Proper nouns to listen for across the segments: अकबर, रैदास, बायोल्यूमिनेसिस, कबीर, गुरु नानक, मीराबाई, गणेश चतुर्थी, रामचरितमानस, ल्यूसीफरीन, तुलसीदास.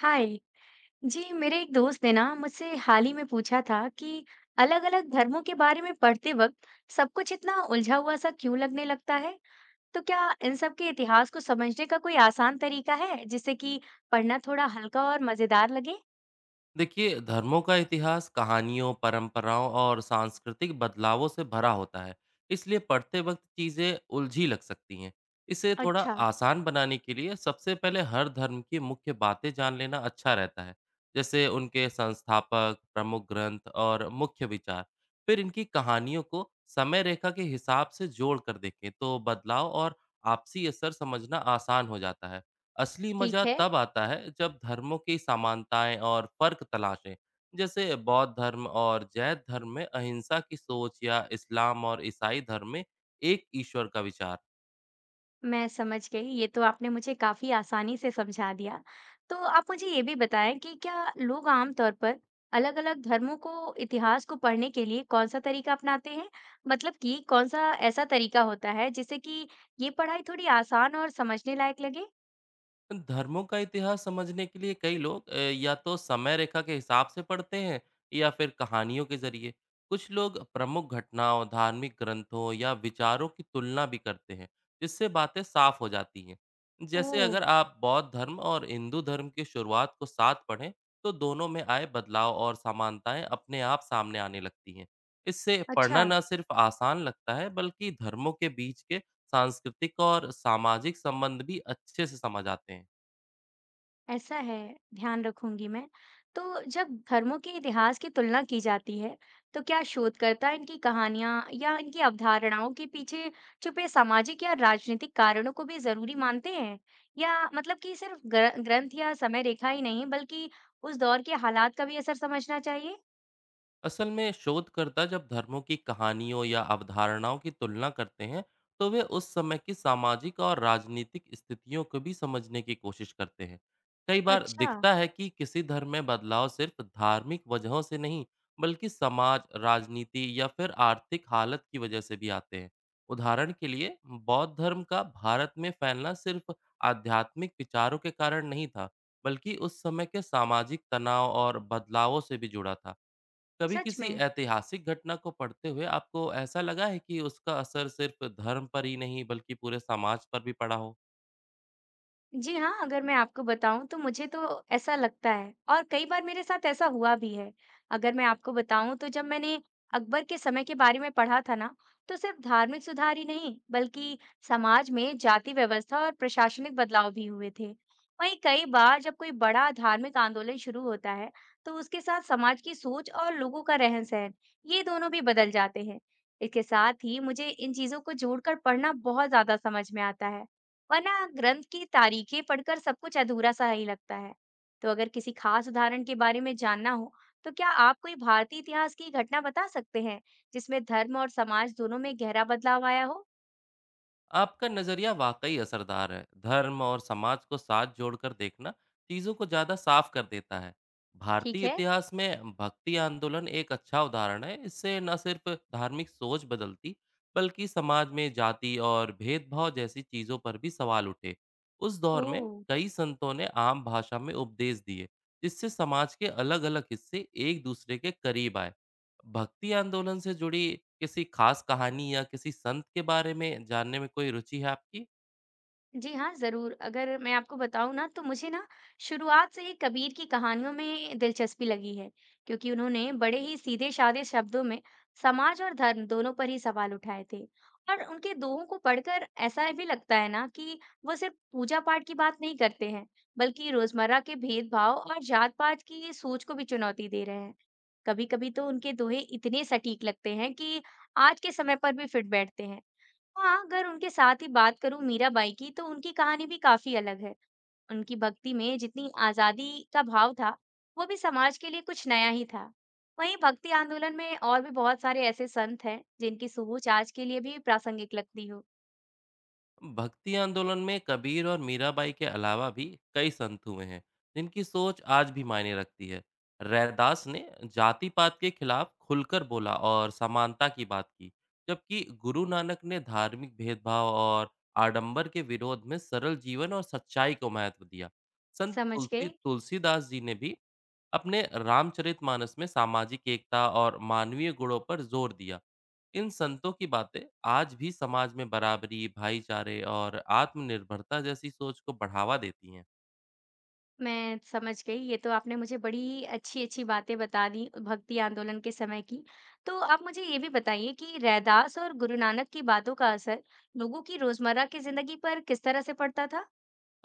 हाय। जी मेरे एक दोस्त ने ना मुझसे हाल ही में पूछा था कि अलग-अलग धर्मों के बारे में पढ़ते वक्त सब कुछ इतना उलझा हुआ सा क्यों लगने लगता है? तो क्या इन सब के इतिहास को समझने का कोई आसान तरीका है जिससे कि पढ़ना थोड़ा हल्का और मजेदार लगे? देखिए, धर्मों का इतिहास कहानियों, परंपराओं और सांस्कृतिक बदलावों से भरा होता है। इसलिए पढ़ते वक्त चीज़ें उलझी लग सकती हैं। इसे थोड़ा अच्छा। आसान बनाने के लिए सबसे पहले हर धर्म की मुख्य बातें जान लेना अच्छा रहता है, जैसे उनके संस्थापक, प्रमुख ग्रंथ और मुख्य विचार। फिर इनकी कहानियों को समय रेखा के हिसाब से जोड़ कर देखें, तो बदलाव और आपसी असर समझना आसान हो जाता है। असली मजा ठीक है। तब आता है जब धर्मों की समानताएं और फर्क तलाशें, जैसे बौद्ध धर्म और जैन धर्म में अहिंसा की सोच, या इस्लाम और ईसाई धर्म में एक ईश्वर का विचार। मैं समझ गई, ये तो आपने मुझे काफी आसानी से समझा दिया। तो आप मुझे ये भी बताएं कि क्या लोग आमतौर पर अलग-अलग धर्मों को इतिहास को पढ़ने के लिए कौन सा तरीका अपनाते हैं? मतलब कि कौन सा ऐसा तरीका होता है जिससे कि ये पढ़ाई थोड़ी आसान और समझने लायक लगे? धर्मों का इतिहास समझने के लिए कई लोग या तो समय रेखा के हिसाब से पढ़ते हैं, या फिर कहानियों के जरिए। कुछ लोग प्रमुख घटनाओं, धार्मिक ग्रंथों या विचारों की तुलना भी करते हैं, जिससे बातें साफ हो जाती हैं। जैसे ओह। अगर आप बौद्ध धर्म और हिंदू धर्म की शुरुआत को साथ पढ़ें, तो दोनों में आए बदलाव और समानताएं अपने आप सामने आने लगती हैं। इससे अच्छा। पढ़ना न सिर्फ आसान लगता है, बल्कि धर्मों के बीच के सांस्कृतिक और सामाजिक संबंध भी अच्छे से समझ आते हैं। ऐसा है। ध्यान रखूंगी मैं। तो जब धर्मों के इतिहास की तुलना की जाती है, तो क्या शोधकर्ता इनकी कहानियां या इनकी अवधारणाओं के पीछे छुपे सामाजिक या राजनीतिक कारणों को भी जरूरी मानते हैं? या मतलब कि सिर्फ ग्रंथ या समय रेखा ही नहीं बल्कि उस दौर के हालात का भी असर समझना चाहिए? असल में, शोधकर्ता जब धर्मों की कहानियों या अवधारणाओं की तुलना करते हैं, तो वे उस समय की सामाजिक और राजनीतिक स्थितियों को भी समझने की कोशिश करते हैं। कई बार अच्छा। दिखता है कि किसी धर्म में बदलाव सिर्फ धार्मिक वजहों से नहीं, बल्कि समाज, राजनीति या फिर आर्थिक हालत की वजह से भी आते हैं। उदाहरण के लिए, बौद्ध धर्म का भारत में फैलना सिर्फ आध्यात्मिक विचारों के कारण नहीं था, बल्कि उस समय के सामाजिक तनाव और बदलावों से भी जुड़ा था। कभी सच किसी में। ऐतिहासिक घटना को पढ़ते हुए आपको ऐसा लगा है कि उसका असर सिर्फ धर्म पर ही नहीं, बल्कि पूरे समाज पर भी पड़ा हो? जी हाँ, अगर मैं आपको बताऊँ तो मुझे तो ऐसा लगता है और कई बार मेरे साथ ऐसा हुआ भी है। अगर मैं आपको बताऊँ तो जब मैंने अकबर के समय के बारे में पढ़ा था ना, तो सिर्फ धार्मिक सुधार ही नहीं, बल्कि समाज में जाति व्यवस्था और प्रशासनिक बदलाव भी हुए थे। वहीं कई बार जब कोई बड़ा धार्मिक आंदोलन शुरू होता है, तो उसके साथ समाज की सोच और लोगों का रहन-सहन, ये दोनों भी बदल जाते हैं। इसके साथ ही मुझे इन चीज़ों को जोड़कर पढ़ना बहुत ज़्यादा समझ में आता है। वरना ग्रंथ की तारीखें पढ़कर सब कुछ अधूरा सा ही लगता है। तो अगर किसी खास उदाहरण के बारे में जानना हो, तो क्या आप कोई भारतीय इतिहास की घटना बता सकते हैं जिसमें धर्म और समाज दोनों में गहरा बदलाव आया हो? आपका नज़रिया वाकई असरदार है। धर्म और समाज को साथ जोड़कर देखना चीज़ों को ज़्यादा साफ कर देता है। ठीक भारतीय है। इतिहास में भक्ति आंदोलन एक अच्छा उदाहरण है। इससे न सिर्फ धार्मिक सोच बदलती, बल्कि समाज में जाति और भेदभाव जैसी चीज़ों पर भी सवाल उठे। उस दौर में ओ। कई संतों ने आम भाषा में उपदेश दिए, जिससे समाज के अलग-अलग हिस्से एक दूसरे के करीब आए। भक्ति आंदोलन से जुड़ी किसी खास कहानी या किसी संत के बारे में जानने में कोई रुचि है आपकी? जी हाँ, ज़रूर। अगर मैं आपको बताऊँ ना तो मुझे ना शुरुआत से ही कबीर की कहानियों में दिलचस्पी लगी है, क्योंकि उन्होंने बड़े ही सीधे-साधे शब्दों में समाज और धर्म दोनों पर ही सवाल उठाए थे। और उनके दोहों को पढ़कर ऐसा भी लगता है ना कि वो सिर्फ पूजा-पाठ की बात नहीं करते हैं, बल्कि रोज़मर्रा के भेदभाव और जात-पात की सोच को भी चुनौती दे रहे हैं। कभी-कभी तो उनके दोहे इतने सटीक लगते हैं कि आज के समय पर भी फिट बैठते हैं। हाँ, अगर उनके साथ ही बात करूं मीराबाई की, तो उनकी कहानी भी काफी अलग है। उनकी भक्ति में जितनी आजादी का भाव था, वो भी समाज के लिए कुछ नया ही था। वहीं भक्ति आंदोलन में और भी बहुत सारे ऐसे संत हैं जिनकी सोच आज के लिए भी प्रासंगिक लगती हो। भक्ति आंदोलन में कबीर और मीराबाई के अलावा भी कई संत हुए हैं, जिनकी सोच आज भी मायने रखती है। रैदास ने जाति-पात के खिलाफ खुलकर बोला और समानता की बात की, जबकि गुरु नानक ने धार्मिक भेदभाव और आडंबर के विरोध में सरल जीवन और सच्चाई को महत्व दिया। संत समझ तुलसी गई। तुलसीदास जी ने भी अपने रामचरितमानस में सामाजिक एकता और मानवीय गुणों पर जोर दिया। इन संतों की बातें आज भी समाज में बराबरी, भाईचारे और आत्मनिर्भरता जैसी सोच को बढ़ावा देती हैं। मैं समझ गई, ये तो आपने मुझे बड़ी अच्छी अच्छी बातें बता दी भक्ति आंदोलन के समय की। तो आप मुझे ये भी बताइए कि रैदास और गुरु नानक की बातों का असर लोगों की रोजमर्रा की जिंदगी पर किस तरह से पड़ता था?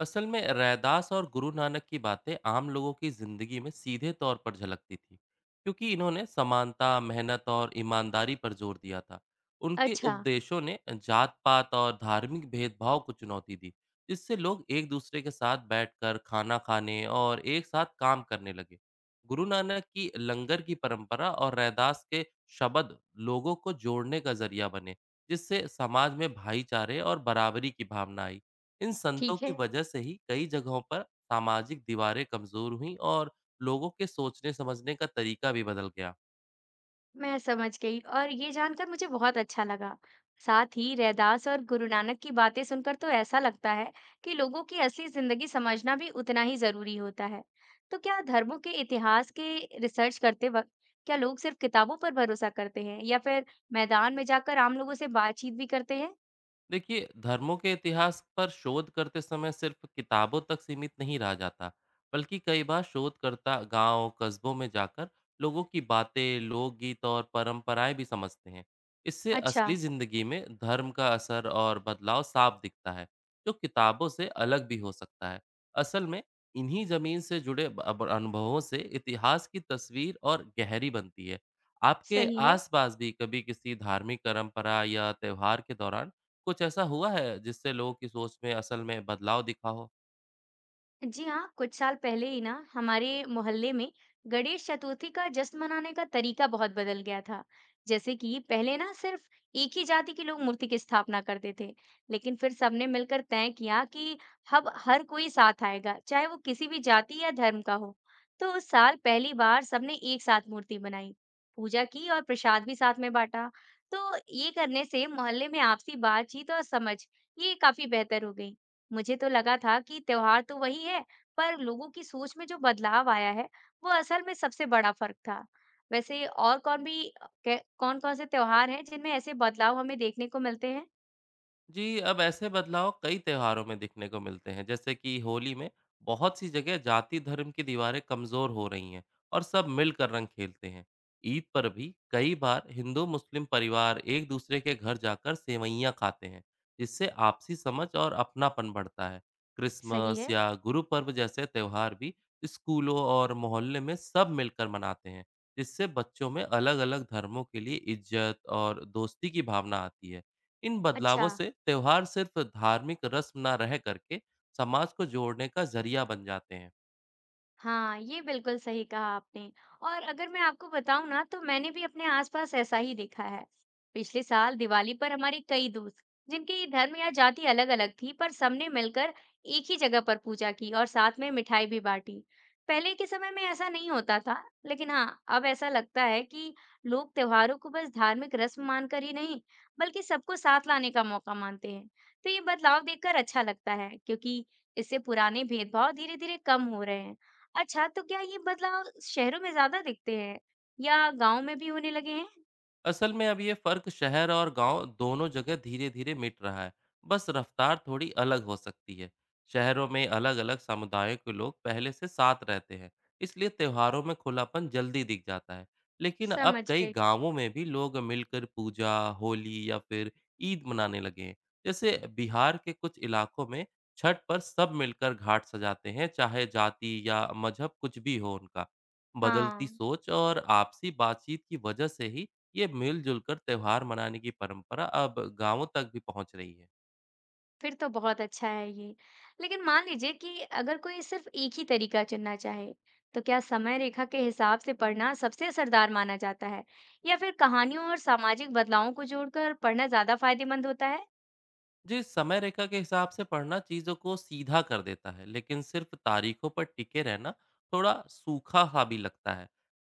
असल में, रैदास और गुरु नानक की बातें आम लोगों की जिंदगी में सीधे तौर पर झलकती थी, क्योंकि इन्होंने समानता, मेहनत और ईमानदारी पर जोर दिया था। उनके अच्छा। उपदेशों ने जात पात और धार्मिक भेदभाव को चुनौती दी, जिससे लोग एक दूसरे के साथ बैठकर खाना खाने और एक साथ काम करने लगे। गुरु नानक की लंगर की परंपरा और रैदास के शब्द लोगों को जोड़ने का जरिया बने, जिससे समाज में भाईचारे और बराबरी की भावना आई। इन संतों ठीक की है, वजह से ही कई जगहों पर सामाजिक दीवारें कमजोर हुईं और लोगों के सोचने समझने का तरीका भी बदल गया। मैं समझ गई और ये जानकर मुझे बहुत अच्छा लगा। साथ ही रैदास और गुरु नानक की बातें सुनकर तो ऐसा लगता है कि लोगों की असली जिंदगी समझना भी उतना ही जरूरी होता है। तो क्या धर्मों के इतिहास के रिसर्च करते वक्त क्या लोग सिर्फ किताबों पर भरोसा करते हैं या फिर मैदान में जाकर आम लोगों से बातचीत भी करते हैं? देखिए, धर्मों के इतिहास पर शोध करते समय सिर्फ किताबों तक सीमित नहीं रह जाता, बल्कि कई बार शोधकर्ता गांव कस्बों में जाकर लोगों की बातें, लोकगीत और परंपराएं भी समझते हैं। इससे अच्छा। असली जिंदगी में धर्म का असर और बदलाव साफ दिखता है, जो किताबों से अलग भी हो सकता है। असल में, इन्हीं जमीन से जुड़े अब अनुभवों से इतिहास की तस्वीर और गहरी बनती है। आपके सही है। आसपास भी कभी किसी धार्मिक परंपरा या त्योहार के दौरान कुछ ऐसा हुआ है जिससे लोगों की सोच में असल में बदलाव दिखा हो? जी हाँ, कुछ साल पहले ही ना हमारे मोहल्ले में गणेश चतुर्थी का जश्न मनाने का तरीका बहुत बदल गया था। जैसे कि पहले ना सिर्फ एक ही जाति के लोग मूर्ति की स्थापना करते थे, लेकिन फिर सबने मिलकर तय किया कि अब हर कोई साथ आएगा, चाहे वो किसी भी जाति या धर्म का हो। तो उस साल पहली बार सबने एक साथ मूर्ति बनाई, पूजा की और प्रसाद भी साथ में बांटा। तो ये करने से मोहल्ले में आपसी बातचीत और समझ, ये काफी बेहतर हो गई। मुझे तो लगा था कि त्योहार तो वही है, पर लोगों की सोच में जो बदलाव आया है, वो असल में सबसे बड़ा फर्क था। वैसे और कौन भी, कौन कौन से त्योहार हैं जिनमें ऐसे बदलाव हमें देखने को मिलते हैं? जी, अब ऐसे बदलाव कई त्योहारों में दिखने को मिलते हैं, जैसे कि होली में बहुत सी जगह जाति धर्म की दीवारें कमजोर हो रही हैं और सब मिलकर रंग खेलते हैं। ईद पर भी कई बार हिंदू मुस्लिम परिवार एक दूसरे के घर जाकर सेवैयां खाते हैं, जिससे आपसी समझ और अपनापन बढ़ता है। सही क्रिसमस है। या गुरु पर्व जैसे त्योहार भी स्कूलों और मोहल्ले में सब मिलकर मनाते हैं, जिससे बच्चों में अलग-अलग धर्मों के लिए इज्जत और दोस्ती की भावना आती है। इन अच्छा। बदलावों से त्यौहार सिर्फ धार्मिक रस्म ना रह करके समाज को जोड़ने का जरिया बन जाते हैं। हाँ, ये बिल्कुल सही कहा आपने। और अगर मैं आपको बताऊं ना तो मैंने भी अपने आसपास ऐसा ही देखा है। पिछले साल दिवाली पर हमारे कई दोस्त, जिनकी धर्म या जाति अलग-अलग थी, पर सबने मिलकर एक ही जगह पर पूजा की और साथ में मिठाई भी बांटी। पहले के समय में ऐसा नहीं होता था, लेकिन हाँ, अब ऐसा लगता है कि लोग त्योहारों को बस धार्मिक रस्म मानकर ही नहीं, बल्कि सबको साथ लाने का मौका मानते हैं। तो ये बदलाव देखकर अच्छा लगता है, क्योंकि इससे पुराने भेदभाव धीरे-धीरे कम हो रहे हैं। अच्छा, तो क्या ये बदलाव शहरों में ज़्यादा दिखते हैं या गाँव में भी होने लगे हैं? असल में, अब ये फर्क शहर और गांव दोनों जगह धीरे धीरे मिट रहा है, बस रफ्तार थोड़ी अलग हो सकती है। शहरों में अलग अलग समुदायों के लोग पहले से साथ रहते हैं, इसलिए त्योहारों में खुलापन जल्दी दिख जाता है। लेकिन अब समझ कई गई। गांवों में भी लोग मिलकर पूजा, होली या फिर ईद मनाने लगे हैं। जैसे बिहार के कुछ इलाकों में छठ पर सब मिलकर घाट सजाते हैं, चाहे जाति या मजहब कुछ भी हो उनका। बदलती हाँ। सोच और आपसी बातचीत की वजह से ही ये मिलजुल कर त्यौहार मनाने की परंपरा अब गांवों तक भी पहुंच रही है। फिर तो बहुत अच्छा है ये। लेकिन मान लीजिए कि अगर कोई सिर्फ एक ही तरीका चुनना चाहे, तो क्या समय रेखा के हिसाब से पढ़ना सबसे असरदार माना जाता है या फिर कहानियों और सामाजिक बदलावों को जोड़कर पढ़ना ज़्यादा फायदेमंद होता है? जिस समय रेखा के हिसाब से पढ़ना चीजों को सीधा कर देता है, लेकिन सिर्फ तारीखों पर टिके रहना थोड़ा सूखा सा भी लगता है।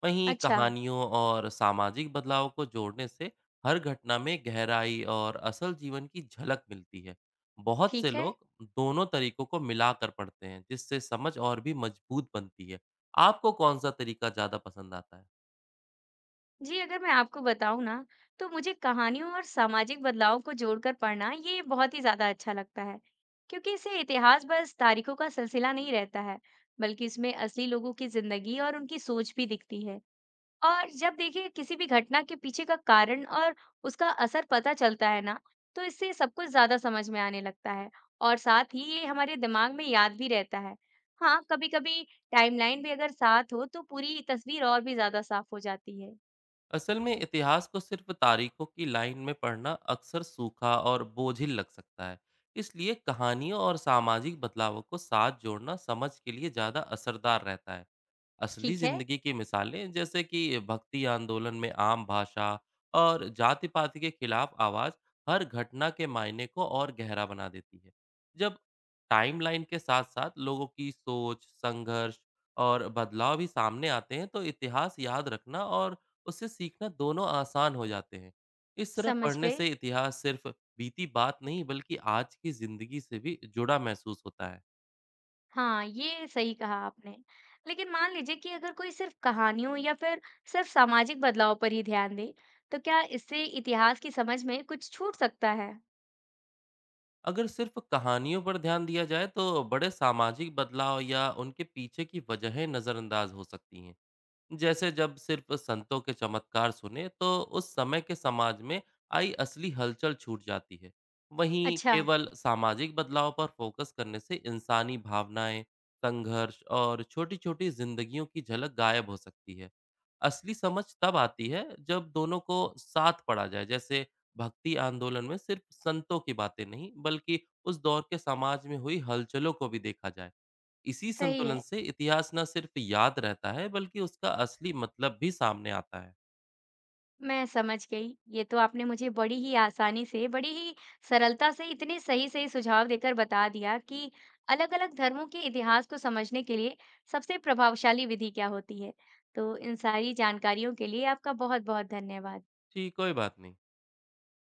वहीं अच्छा। कहानियों और सामाजिक बदलाव को जोड़ने से हर घटना में गहराई और असल जीवन की झलक मिलती है। बहुत से ठीक है। लोग दोनों तरीकों को मिलाकर पढ़ते हैं, जिससे समझ और भी मजबूत बनती है। आपको कौन सा तरीका ज्यादा पसंद आता है? जी, अगर मैं आपको बताऊं ना, तो मुझे कहानियों और सामाजिक बदलाव को जोड़कर पढ़ना ये बहुत ही ज्यादा अच्छा लगता है, क्योंकि इससे इतिहास बस तारीखों का सिलसिला नहीं रहता है, बल्कि इसमें असली लोगों की जिंदगी और उनकी सोच भी दिखती है। और जब देखिए किसी भी घटना के पीछे का कारण और उसका असर पता चलता है ना, तो इससे सब कुछ ज्यादा समझ में आने लगता है। और साथ ही ये हमारे दिमाग में याद भी रहता है। हाँ, कभी कभी टाइमलाइन भी अगर साथ हो तो पूरी तस्वीर और भी ज्यादा साफ हो जाती है। असल में, इतिहास को सिर्फ तारीखों की लाइन में पढ़ना अक्सर सूखा और बोझिल लग सकता है। इसलिए कहानियों और सामाजिक बदलावों को साथ जोड़ना समझ के लिए ज़्यादा असरदार रहता है। असली ठीक है। जिंदगी की मिसालें, जैसे कि भक्ति आंदोलन में आम भाषा और जाति पाति के खिलाफ आवाज, हर घटना के मायने को और गहरा बना देती है। जब टाइमलाइन के साथ साथ लोगों की सोच, संघर्ष और बदलाव भी सामने आते हैं, तो इतिहास याद रखना और उससे सीखना दोनों आसान हो जाते हैं। इस तरह समझ पढ़ने गए। से इतिहास सिर्फ बीती बात नहीं, बल्कि आज की जिंदगी से भी जुड़ा महसूस होता है। हाँ, ये सही कहा आपने। लेकिन मान लीजिए कि अगर कोई सिर्फ कहानियों या फिर सिर्फ सामाजिक बदलाव पर ही ध्यान दे, तो क्या इससे इतिहास की समझ में कुछ छूट सकता है? अगर सिर्फ कहानियों पर ध्यान दिया जाए, तो बड़े सामाजिक बदलाव या उनके पीछे की वजहें नज़रअंदाज हो सकती हैं। जैसे जब सिर्फ संतों के चमत्कार सुने, तो उस समय के समाज में आई असली हलचल छूट जाती है। वहीं अच्छा। केवल सामाजिक बदलाव पर फोकस करने से इंसानी भावनाएं, संघर्ष और छोटी छोटी जिंदगियों की झलक गायब हो सकती है। असली समझ तब आती है जब दोनों को साथ पढ़ा जाए, जैसे भक्ति आंदोलन में सिर्फ संतों की बातें नहीं, बल्कि उस दौर के समाज में हुई हलचलों को भी देखा जाए। इसी सही संतुलन है। से इतिहास न सिर्फ याद रहता है, बल्कि उसका असली मतलब भी सामने आता है। मैं समझ गई, ये तो आपने मुझे बड़ी ही आसानी से, बड़ी ही सरलता से इतने सही सही सुझाव देकर बता दिया कि अलग-अलग धर्मों के इतिहास को समझने के लिए सबसे प्रभावशाली विधि क्या होती है। तो इन सारी जानकारियों के लिए आपका बहुत-बहुत धन्यवाद। जी, कोई बात नहीं।